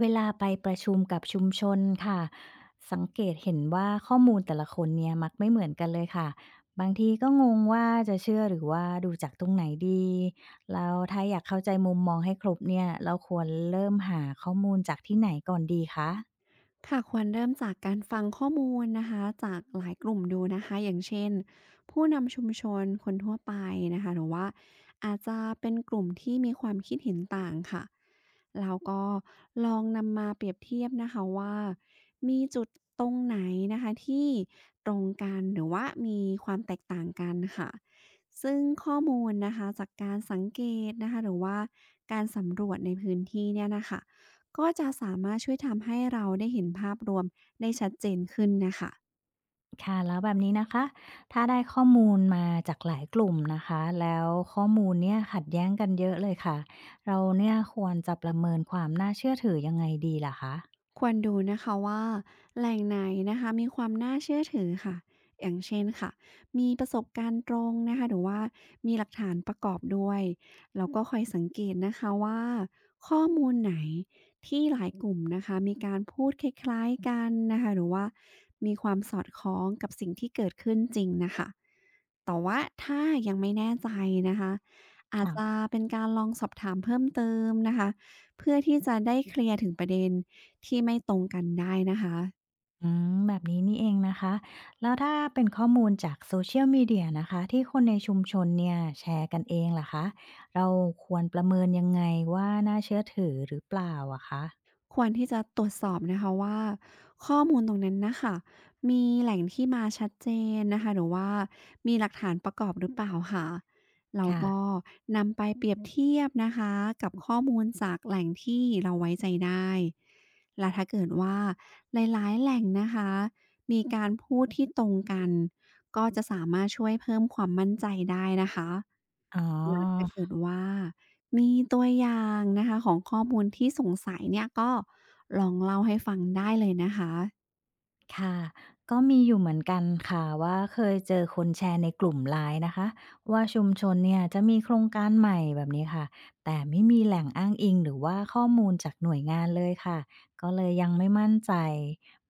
เวลาไปประชุมกับชุมชนค่ะสังเกตเห็นว่าข้อมูลแต่ละคนเนี่ยมักไม่เหมือนกันเลยค่ะบางทีก็งงว่าจะเชื่อหรือว่าดูจากตรงไหนดีแล้วถ้าอยากเข้าใจมุมมองให้ครบเนี่ยเราควรเริ่มหาข้อมูลจากที่ไหนก่อนดีคะค่ะควรเริ่มจากการฟังข้อมูลนะคะจากหลายกลุ่มดูนะคะอย่างเช่นผู้นำชุมชนคนทั่วไปนะคะหรือว่าอาจจะเป็นกลุ่มที่มีความคิดเห็นต่างค่ะแล้วก็ลองนำมาเปรียบเทียบนะคะว่ามีจุดตรงไหนนะคะที่ตรงกันหรือว่ามีความแตกต่างกันค่ะซึ่งข้อมูลนะคะจากการสังเกตนะคะหรือว่าการสำรวจในพื้นที่เนี่ยนะคะ ก็จะสามารถช่วยทำให้เราได้เห็นภาพรวมได้ชัดเจนขึ้นนะคะค่ะแล้วแบบนี้นะคะถ้าได้ข้อมูลมาจากหลายกลุ่มนะคะแล้วข้อมูลเนี่ยขัดแย้งกันเยอะเลยค่ะเราเนี่ยควรจะประเมินความน่าเชื่อถือยังไงดีล่ะคะ ควรดูนะคะว่าแหล่งไหนนะคะมีความน่าเชื่อถือค่ะ อย่างเช่นค่ะมีประสบการณ์ตรงนะคะหรือว่ามีหลักฐานประกอบด้วย แล้วก็คอยสังเกตนะคะว่าข้อมูลไหนที่หลายกลุ่มนะคะมีการพูดคล้ายๆกันนะคะหรือว่ามีความสอดคล้องกับสิ่งที่เกิดขึ้นจริงนะคะ แต่ว่าถ้ายังไม่แน่ใจนะคะอาจจะเป็นการลองสอบถามเพิ่มเติมนะคะเพื่อที่จะได้เคลียร์ถึงประเด็นที่ไม่ตรงกันได้นะคะ อืมแบบนี้นี่เองนะคะแล้วถ้าเป็นข้อมูลจาก Social Media นะคะที่คนในชุมชนเนี่ยแชร์กันเองล่ะคะเราควรประเมินยังไงว่าน่าเชื่อถือหรือเปล่าอะคะควรที่จะตรวจสอบนะคะว่าข้อมูลตรงนั้นน่ะค่ะมีแหล่งที่มาชัดเจนนะคะหรือว่ามีหลักฐานประกอบหรือเปล่าค่ะแล้วค่ะก็นำไปเปรียบเทียบนะคะกับข้อมูลจากแหล่งที่เราไว้ใจได้และถ้าเกิดว่าหลายๆแหล่งนะคะมีการพูดที่ตรงกัน ก็จะสามารถช่วยเพิ่มความมั่นใจได้นะคะ อ๋อ แล้วถ้าเกิดว่ามีตัวอย่างนะคะของข้อมูลที่สงสัยเนี่ยก็ลองเล่าให้ฟังได้เลยนะคะ ค่ะก็มีอยู่เหมือนกันค่ะว่าเคยเจอคนแชร์ในกลุ่มร i n e นะคะว่าชุมชนเนี่ยจะมีโครงการใหม่แบบนี้ค่ะแต่ไม่มีแหล่งอ้างอิงหรือว่าข้อมูลจากหน่วยงานเลยค่ะก็เลยยังไม่มั่นใจ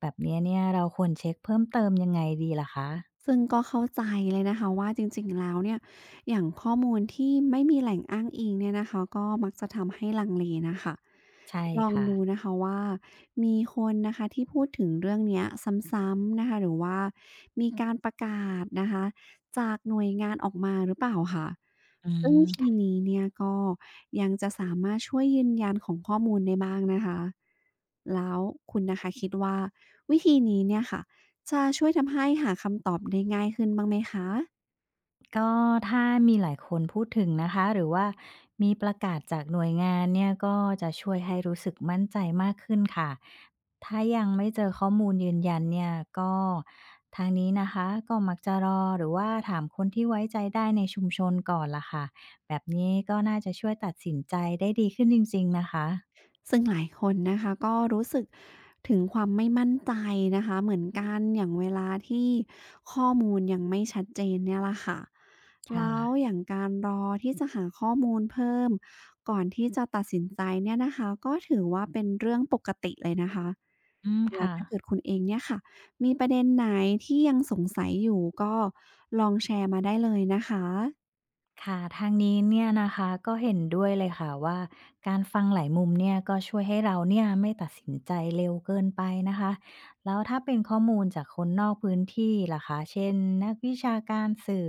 แบบนี้เนี่ยเราควรเช็คเพิ่มเติมยังไงดีล่ะคะซึ่งก็เข้าใจเลยนะคะว่าจริงๆ แล้วเนี่ยอย่างข้อมูลที่ไม่มีแหล่งอ้างอิงเนี่ยนะคะก็มักจะทำให้ลังเลนะคะใช่ลองค่ะดูนะคะว่ามีคนนะคะที่พูดถึงเรื่องเนี้ยซ้ำๆนะคะหรือว่ามีการประกาศนะคะจากหน่วยงานออกมาหรือเปล่าค่ะอืซึ่งทีม นี้เนี่ยก็ยังจะสามารถช่วยยืนยันของข้อมูลได้บ้างนะคะแล้วคุณนะคะคิดว่าวิธีนี้เนี่ยค่ะ จะช่วยทำให้หาคำตอบได้ง่ายขึ้นบ้างไหมคะก็ถ้ามีหลายคนพูดถึงนะคะหรือว่ามีประกาศจากหน่วยงานเนี่ยก็จะช่วยให้รู้สึกมั่นใจมากขึ้นค่ะถ้ายังไม่เจอข้อมูลยืนยันเนี่ยก็ทางนี้นะคะก็มักจะรอหรือว่าถามคนที่ไว้ใจได้ในชุมชนก่อนล่ะค่ะแบบนี้ก็น่าจะช่วยตัดสินใจได้ดีขึ้นจริงๆนะคะซึ่งหลายคนนะคะก็รู้สึกถึงความไม่มั่นใจนะคะเหมือนกันอย่างเวลาที่ข้อมูลยังไม่ชัดเจนเนี่ยล่ะค่ะค่ะแล้วอย่างการรอที่จะหาข้อมูลเพิ่มก่อนที่จะตัดสินใจเนี่ยนะคะก็ถือว่าเป็นเรื่องปกติเลยนะคะ อืมแล้วค่ะ ถ้าเกิดคุณเองเนี่ยค่ะมีประเด็นไหนที่ยังสงสัยอยู่ก็ลองแชร์มาได้เลยนะคะ ค่ะทางนี้เนี่ยนะคะก็เห็นด้วยเลยค่ะว่าการฟังหลายมุมเนี่ยก็ช่วยให้เราเนี่ยไม่ตัดสินใจเร็วเกินไปนะคะแล้วถ้าเป็นข้อมูลจากคนนอกพื้นที่ล่ะคะเช่นนักวิชาการสื่อ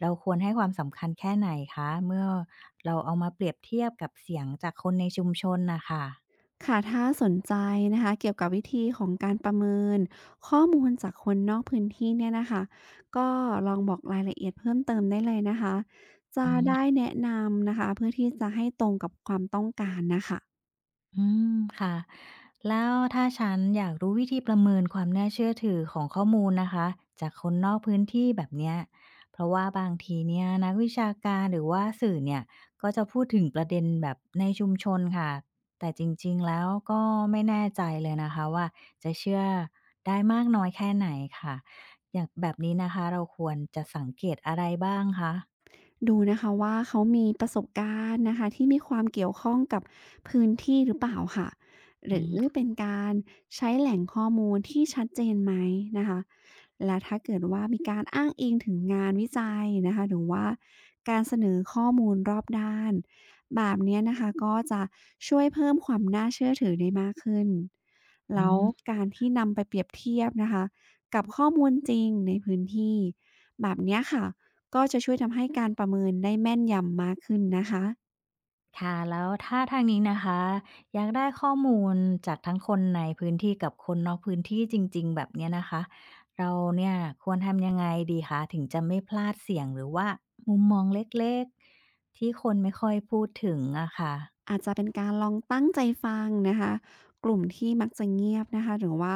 เราควรให้ความสำคัญแค่ไหนคะเมื่อเราเอามาเปรียบเทียบกับเสียงจากคนในชุมชนนะคะค่ะถ้าสนใจนะคะเกี่ยวกับวิธีของการประเมินข้อมูลจากคนนอกพื้นที่เนี่ยนะคะก็ลองบอกรายละเอียดเพิ่มเติมได้เลยนะคะจะอืม ได้แนะนำนะคะเพื่อที่จะให้ตรงกับความต้องการนะคะ อืมค่ะแล้วถ้าฉันอยากรู้วิธีประเมินความน่าเชื่อถือของข้อมูลนะคะจากคนนอกพื้นที่แบบเนี้ยเพราะว่าบางทีเนี่ยนักวิชาการหรือว่าสื่อเนี่ยก็จะพูดถึงประเด็นแบบในชุมชนค่ะแต่จริงๆแล้วก็ไม่แน่ใจเลยนะคะว่าจะเชื่อได้มากน้อยแค่ไหนค่ะอย่างแบบนี้นะคะเราควรจะสังเกตอะไรบ้างคะดูนะคะว่าเขามีประสบการณ์นะคะที่มีความเกี่ยวข้องกับพื้นที่หรือเปล่าค่ะหอืรือมเป็นการใช้แหล่งข้อมูลที่ชัดเจนไหมนะคะและถ้าเกิดว่ามีการอ้างอิงถึงงานวิจัยนะคะหรือว่าการเสนอข้อมูลรอบด้านแบบเนี้ยนะคะก็จะช่วยเพิ่มความน่าเชื่อถือได้มากขึ้นอืแล้วม การที่นำไปเปรียบเทียบนะคะกับข้อมูลจริงในพื้นที่แบบเนี้ยค่ะ ก็จะช่วยทำให้การประเมินได้แม่นยำมากขึ้นนะคะ ค่ะแล้วถ้าทางนี้นะคะอยากได้ข้อมูลจากทั้งคนในพื้นที่กับคนนอกพื้นที่จริงๆแบบเนี้ยนะคะเราเนี่ยควรทำยังไงดีคะถึงจะไม่พลาดเสียงหรือว่ามุมมองเล็กๆที่คนไม่ค่อยพูดถึงอะค่ะ อาจจะเป็นการลองตั้งใจฟังนะคะกลุ่มที่มักจะเงียบนะคะหรือว่า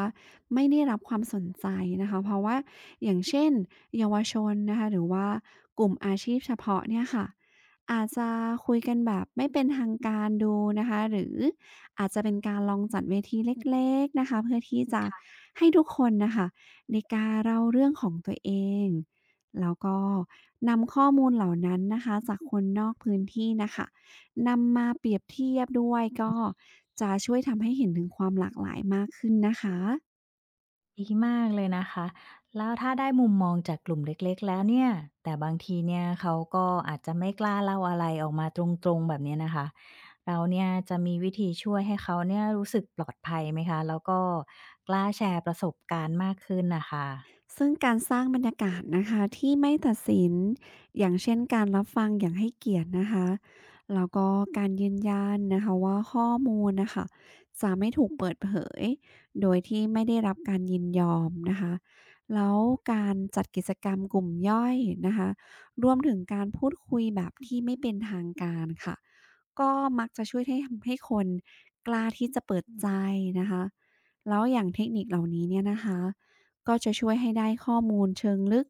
ไม่ได้รับความสนใจนะคะเพราะว่าอย่างเช่นเยาวชนนะคะหรือว่ากลุ่มอาชีพเฉพาะเนี่ยค่ะอาจจะคุยกันแบบไม่เป็นทางการดูนะคะหรืออาจจะเป็นการลองจัดเวทีเล็กๆนะคะเพื่อที่จะให้ทุกคนนะคะในการเล่าเรื่องของตัวเองแล้วก็นำข้อมูลเหล่านั้นนะคะจากคนนอกพื้นที่นะคะ นำมาเปรียบเทียบด้วยก็จะช่วยทำให้เห็นถึงความหลากหลายมากขึ้นนะคะ ดีมากเลยนะคะ แล้วถ้าได้มุมมองจากกลุ่มเล็กๆแล้วเนี่ย แต่บางทีเนี่ยเขาก็อาจจะไม่กล้าเล่าอะไรออกมาตรงๆแบบเนี้ยนะคะ เราเนี่ยจะมีวิธีช่วยให้เขาเนี่ยรู้สึกปลอดภัยไหมคะ แล้วก็กล้าแชร์ประสบการณ์มากขึ้นนะคะ ซึ่งการสร้างบรรยากาศนะคะที่ไม่ตัดสินอย่างเช่นการรับฟังอย่างให้เกียรตินะคะแล้วก็การยืนยันนะคะว่าข้อมูลนะคะจะไม่ถูกเปิดเผยโดยที่ไม่ได้รับการยินยอมนะคะแล้วการจัดกิจกรรมกลุ่มย่อยนะคะรวมถึงการพูดคุยแบบที่ไม่เป็นทางการค่ะก็มักจะช่วยให้ทำให้คนกล้าที่จะเปิดใจนะคะแล้วอย่างเทคนิคเหล่านี้เนี่ยนะคะ ก็จะช่วยให้ได้ข้อมูลเชิงลึก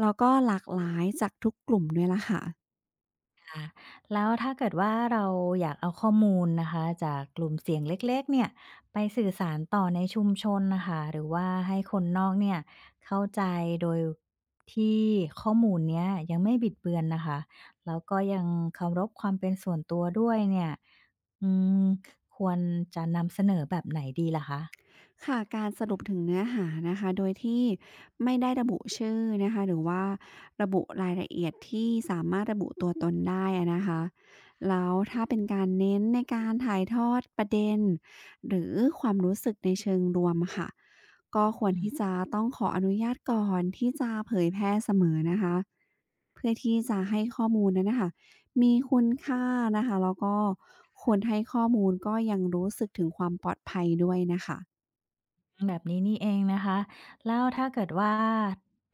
แล้วก็หลากหลายจากทุกกลุ่มด้วยล่ะค่ะ แล้วถ้าเกิดว่าเราอยากเอาข้อมูลนะคะจากกลุ่มเสียงเล็กๆเนี่ยไปสื่อสารต่อในชุมชนนะคะหรือว่าให้คนนอกเนี่ยเข้าใจโดยที่ข้อมูลเนี้ยยังไม่บิดเบือนนะคะแล้วก็ยังเคารพความเป็นส่วนตัวด้วยเนี่ยอืมควรจะนำเสนอแบบไหนดีล่ะคะ ค่ะการสรุปถึงเนื้อหานะคะโดยที่ไม่ได้ระบุชื่อนะคะหรือว่าระบุรายละเอียดที่สามารถระบุตัวตนได้อะนะคะแล้วถ้าเป็นการเน้นในการถ่ายทอดประเด็นหรือความรู้สึกในเชิงรวมค่ะก็ควรที่จะต้องขออนุญาตก่อนที่จะเผยแพร่เสมอนะคะเพื่อที่จะให้ข้อมูลนั้นนะคะมีคุณค่านะคะแล้วก็ควรให้ข้อมูลก็ยังรู้สึกถึงความปลอดภัยด้วยนะคะ แบบนี้นี่เองนะคะแล้วถ้าเกิดว่า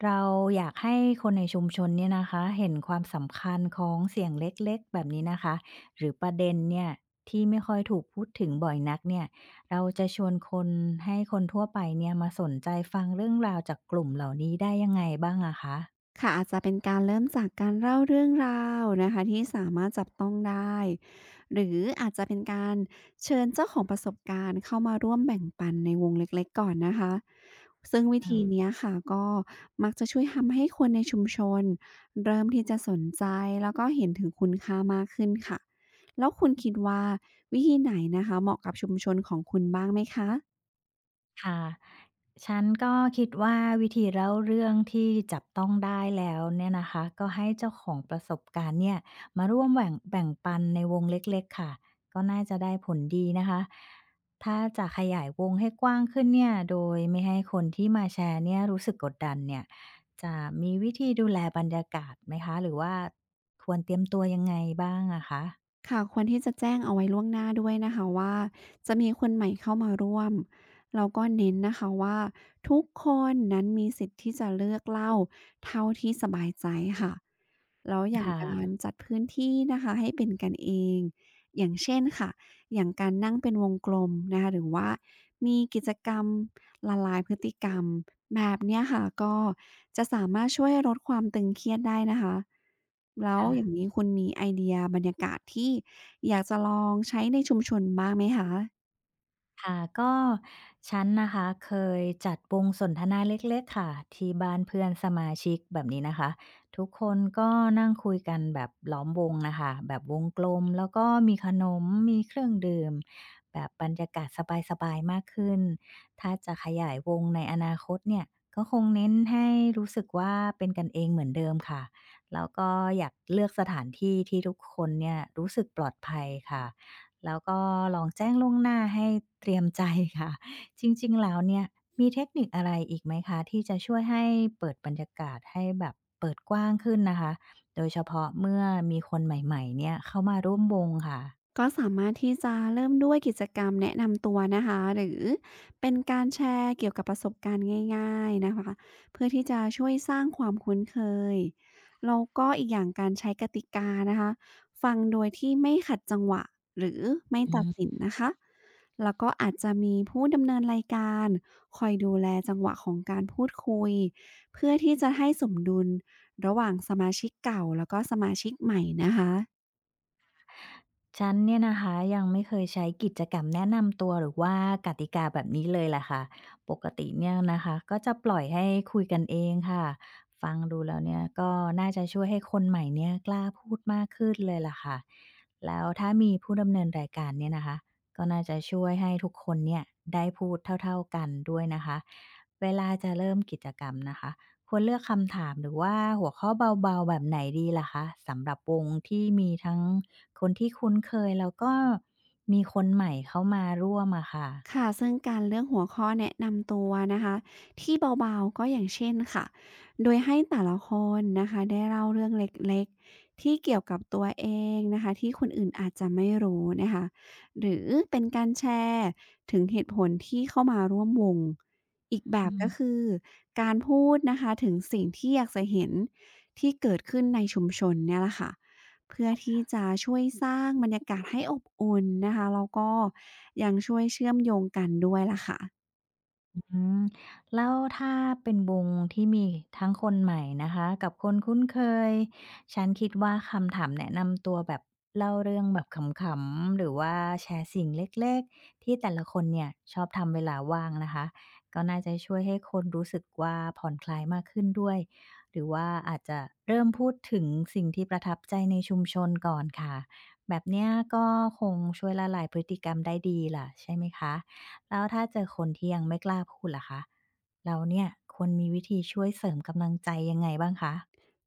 เราอยากให้คนในชุมชนเนี่ยนะคะเห็นความสำคัญของเสียงเล็กๆแบบนี้นะคะหรือประเด็นเนี่ยที่ไม่ค่อยถูกพูดถึงบ่อยนักเนี่ยเราจะชวนคนให้คนทั่วไปเนี่ยมาสนใจฟังเรื่องราวจากกลุ่มเหล่านี้ได้ยังไงบ้างอะคะ ค่ะอาจจะเป็นการเริ่มจากการเล่าเรื่องราวนะคะที่สามารถจับต้องได้หรืออาจจะเป็นการเชิญเจ้าของประสบการณ์เข้ามาร่วมแบ่งปันในวงเล็กๆก่อนนะคะซึ่งวิธีเนี้ยค่ะก็มักจะช่วยทำให้คนในชุมชนเริ่มที่จะสนใจแล้วก็เห็นถึงคุณค่ามากขึ้นค่ะแล้วคุณคิดว่าวิธีไหนนะคะเหมาะกับชุมชนของคุณบ้างไหมคะ ค่ะฉันก็คิดว่าวิธีเล่าเรื่องที่จับต้องได้แล้วเนี่ยนะคะก็ให้เจ้าของประสบการณ์เนี่ยมาร่วมแบ่งปันในวงเล็กๆค่ะก็น่าจะได้ผลดีนะคะ ถ้าจะขยายวงให้กว้างขึ้นเนี่ยโดยไม่ให้คนที่มาแชร์เนี่ยรู้สึกกดดันเนี่ยจะมีวิธีดูแลบรรยากาศไหมคะ หรือว่าควรเตรียมตัวยังไงบ้างอะคะค่ะควรที่จะแจ้งเอาไว้ล่วงหน้าด้วยนะคะว่าจะมีคนใหม่เข้ามาร่วมแล้วก็เน้นนะคะว่าทุกคนนั้นมีสิทธิ์ที่จะเลือกเล่าเท่าที่สบายใจค่ะ แล้วอย่างค่ะการจัดพื้นที่นะคะให้เป็นกันเองอย่างเช่นค่ะอย่างการนั่งเป็นวงกลมนะคะหรือว่ามีกิจกรรมละลายพฤติกรรมแบบเนี้ยค่ะก็จะสามารถช่วยลดความตึงเครียดได้นะคะแล้วอย่างค่ะ นี้คุณมีไอเดียบรรยากาศที่อยากจะลองใช้ในชุมชนบ้างไหมคะ ค่ะก็ฉันนะคะเคยจัดวงสนทนาเล็กๆค่ะที่บ้านเพื่อนสมาชิกแบบนี้นะคะทุกคนก็นั่งคุยกันแบบล้อมวงนะคะแบบวงกลมแล้วก็มีขนมมีเครื่องดื่มแบบบรรยากาศสบายๆมากขึ้นถ้าจะขยายวงในอนาคตเนี่ยก็คงเน้นให้รู้สึกว่าเป็นกันเองเหมือนเดิมค่ะแล้วก็อยากเลือกสถานที่ที่ทุกคนเนี่ยรู้สึกปลอดภัยค่ะ แล้วก็ลองแจ้งล่วงหน้าให้เตรียมใจ ค่ะ จริงๆแล้วเนี่ยมีเทคนิคอะไรอีกไหมคะที่จะช่วยให้เปิดบรรยากาศให้แบบเปิดกว้างขึ้นนะคะโดยเฉพาะเมื่อมีคนใหม่ๆเนี่ยเข้ามาร่วมวงค่ะก็สามารถที่จะเริ่มด้วยกิจกรรมแนะนำตัวนะคะหรือเป็นการแชร์เกี่ยวกับประสบการณ์ง่ายๆนะคะเพื่อที่จะช่วยสร้างความคุ้นเคยแล้วก็อีกอย่างการใช้กติกานะคะฟังโดยที่ไม่ขัดจังหวะหรือไม่ตัดอื สินนะคะแล้วก็อาจจะมีผู้ดำเนินรายการคอยดูแลจังหวะของการพูดคุยเพื่อที่จะให้สมดุลระหว่างสมาชิกเก่าแล้วก็สมาชิกใหม่นะคะ ฉันเนี่ยนะคะยังไม่เคยใช้กิจกรรมแนะนำตัวหรือว่ากติกาแบบนี้เลยล่ะค่ะปกติเนี่ยนะคะก็จะปล่อยให้คุยกันเองค่ะฟังดูแล้วเนี่ยก็น่าจะช่วยให้คนใหม่เนี่ยกล้าพูดมากขึ้นเลยล่ะค่ะแล้วถ้ามีผู้ดำเนินรายการเนี่ยนะคะก็น่าจะช่วยให้ทุกคนเนี่ยได้พูดเท่าๆกันด้วยนะคะเวลาจะเริ่มกิจกรรมนะคะ ควรเลือกคำถามหรือว่าหัวข้อเบาๆแบบไหนดีล่ะคะสำหรับวงที่มีทั้งคนที่คุ้นเคยแล้วก็มีคนใหม่เข้ามาร่วมอะค่ะค่ะซึ่งการเลือกหัวข้อแนะนำตัวนะคะที่เบาๆก็อย่างเช่นค่ะ โดยให้แต่ละคนนะคะได้เล่าเรื่องเล็กๆที่เกี่ยวกับตัวเองนะคะที่คนอื่นอาจจะไม่รู้นะคะหรือเป็นการแชร์ถึงเหตุผลที่เข้ามาร่วมวงอีกแบอื บก็คือการพูดนะคะถึงสิ่งที่อยากจะเห็นที่เกิดขึ้นในชุมชนเนี่ยแหละค่ะ เพื่อที่จะช่วยสร้างบรรยากาศให้อบอุ่นนะคะแล้วก็ยังช่วยเชื่อมโยงกันด้วยล่ะค่ะ อืมแล้วถ้าเป็นวงที่มีทั้งคนใหม่นะคะกับคนคุ้นเคยฉันคิดว่าคำถามแนะนำตัวแบบเล่าเรื่องแบบขำๆหรือว่าแชร์สิ่งเล็กๆที่แต่ละคนเนี่ยชอบทำเวลาว่างนะคะก็น่าจะช่วยให้คนรู้สึกว่าผ่อนคลายมากขึ้นด้วยหรือว่าอาจจะเริ่มพูดถึงสิ่งที่ประทับใจในชุมชนก่อนค่ะแบบเนี้ยก็คงช่วยละลายพฤติกรรมได้ดีล่ะใช่ไหมคะ แล้วถ้าเจอคนที่ยังไม่กล้าพูดล่ะคะแล้วเนี่ยควรมีวิธีช่วยเสริมกำลังใจยังไงบ้างคะ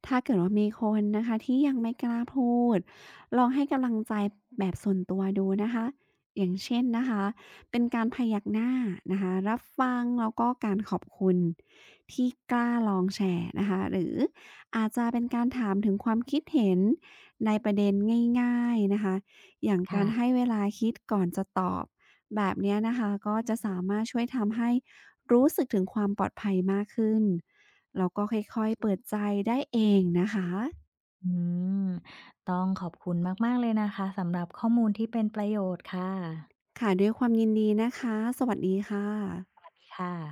ถ้าเกิดว่ามีคนนะคะที่ยังไม่กล้าพูดลองให้กำลังใจแบบส่วนตัวดูนะคะอย่างเช่นนะคะเป็นการพยักหน้านะคะรับฟังแล้วก็การขอบคุณที่กล้าลองแชร์นะคะหรืออาจจะเป็นการถามถึงความคิดเห็นในประเด็นง่ายๆนะคะอย่างกาค่ะรให้เวลาคิดก่อนจะตอบแบบเนี้ยนะคะก็จะสามารถช่วยทำให้ รู้สึกถึงความปลอดภัยมากขึ้นแล้วก็ค่อยๆเปิดใจได้เองนะคะอืมต้องขอบคุณมากๆเลยนะคะสำหรับข้อมูลที่เป็นประโยชน์ค่ะค่ะด้วยความยินดีนะคะสวัสดีค่ะสวัสดีค่ะ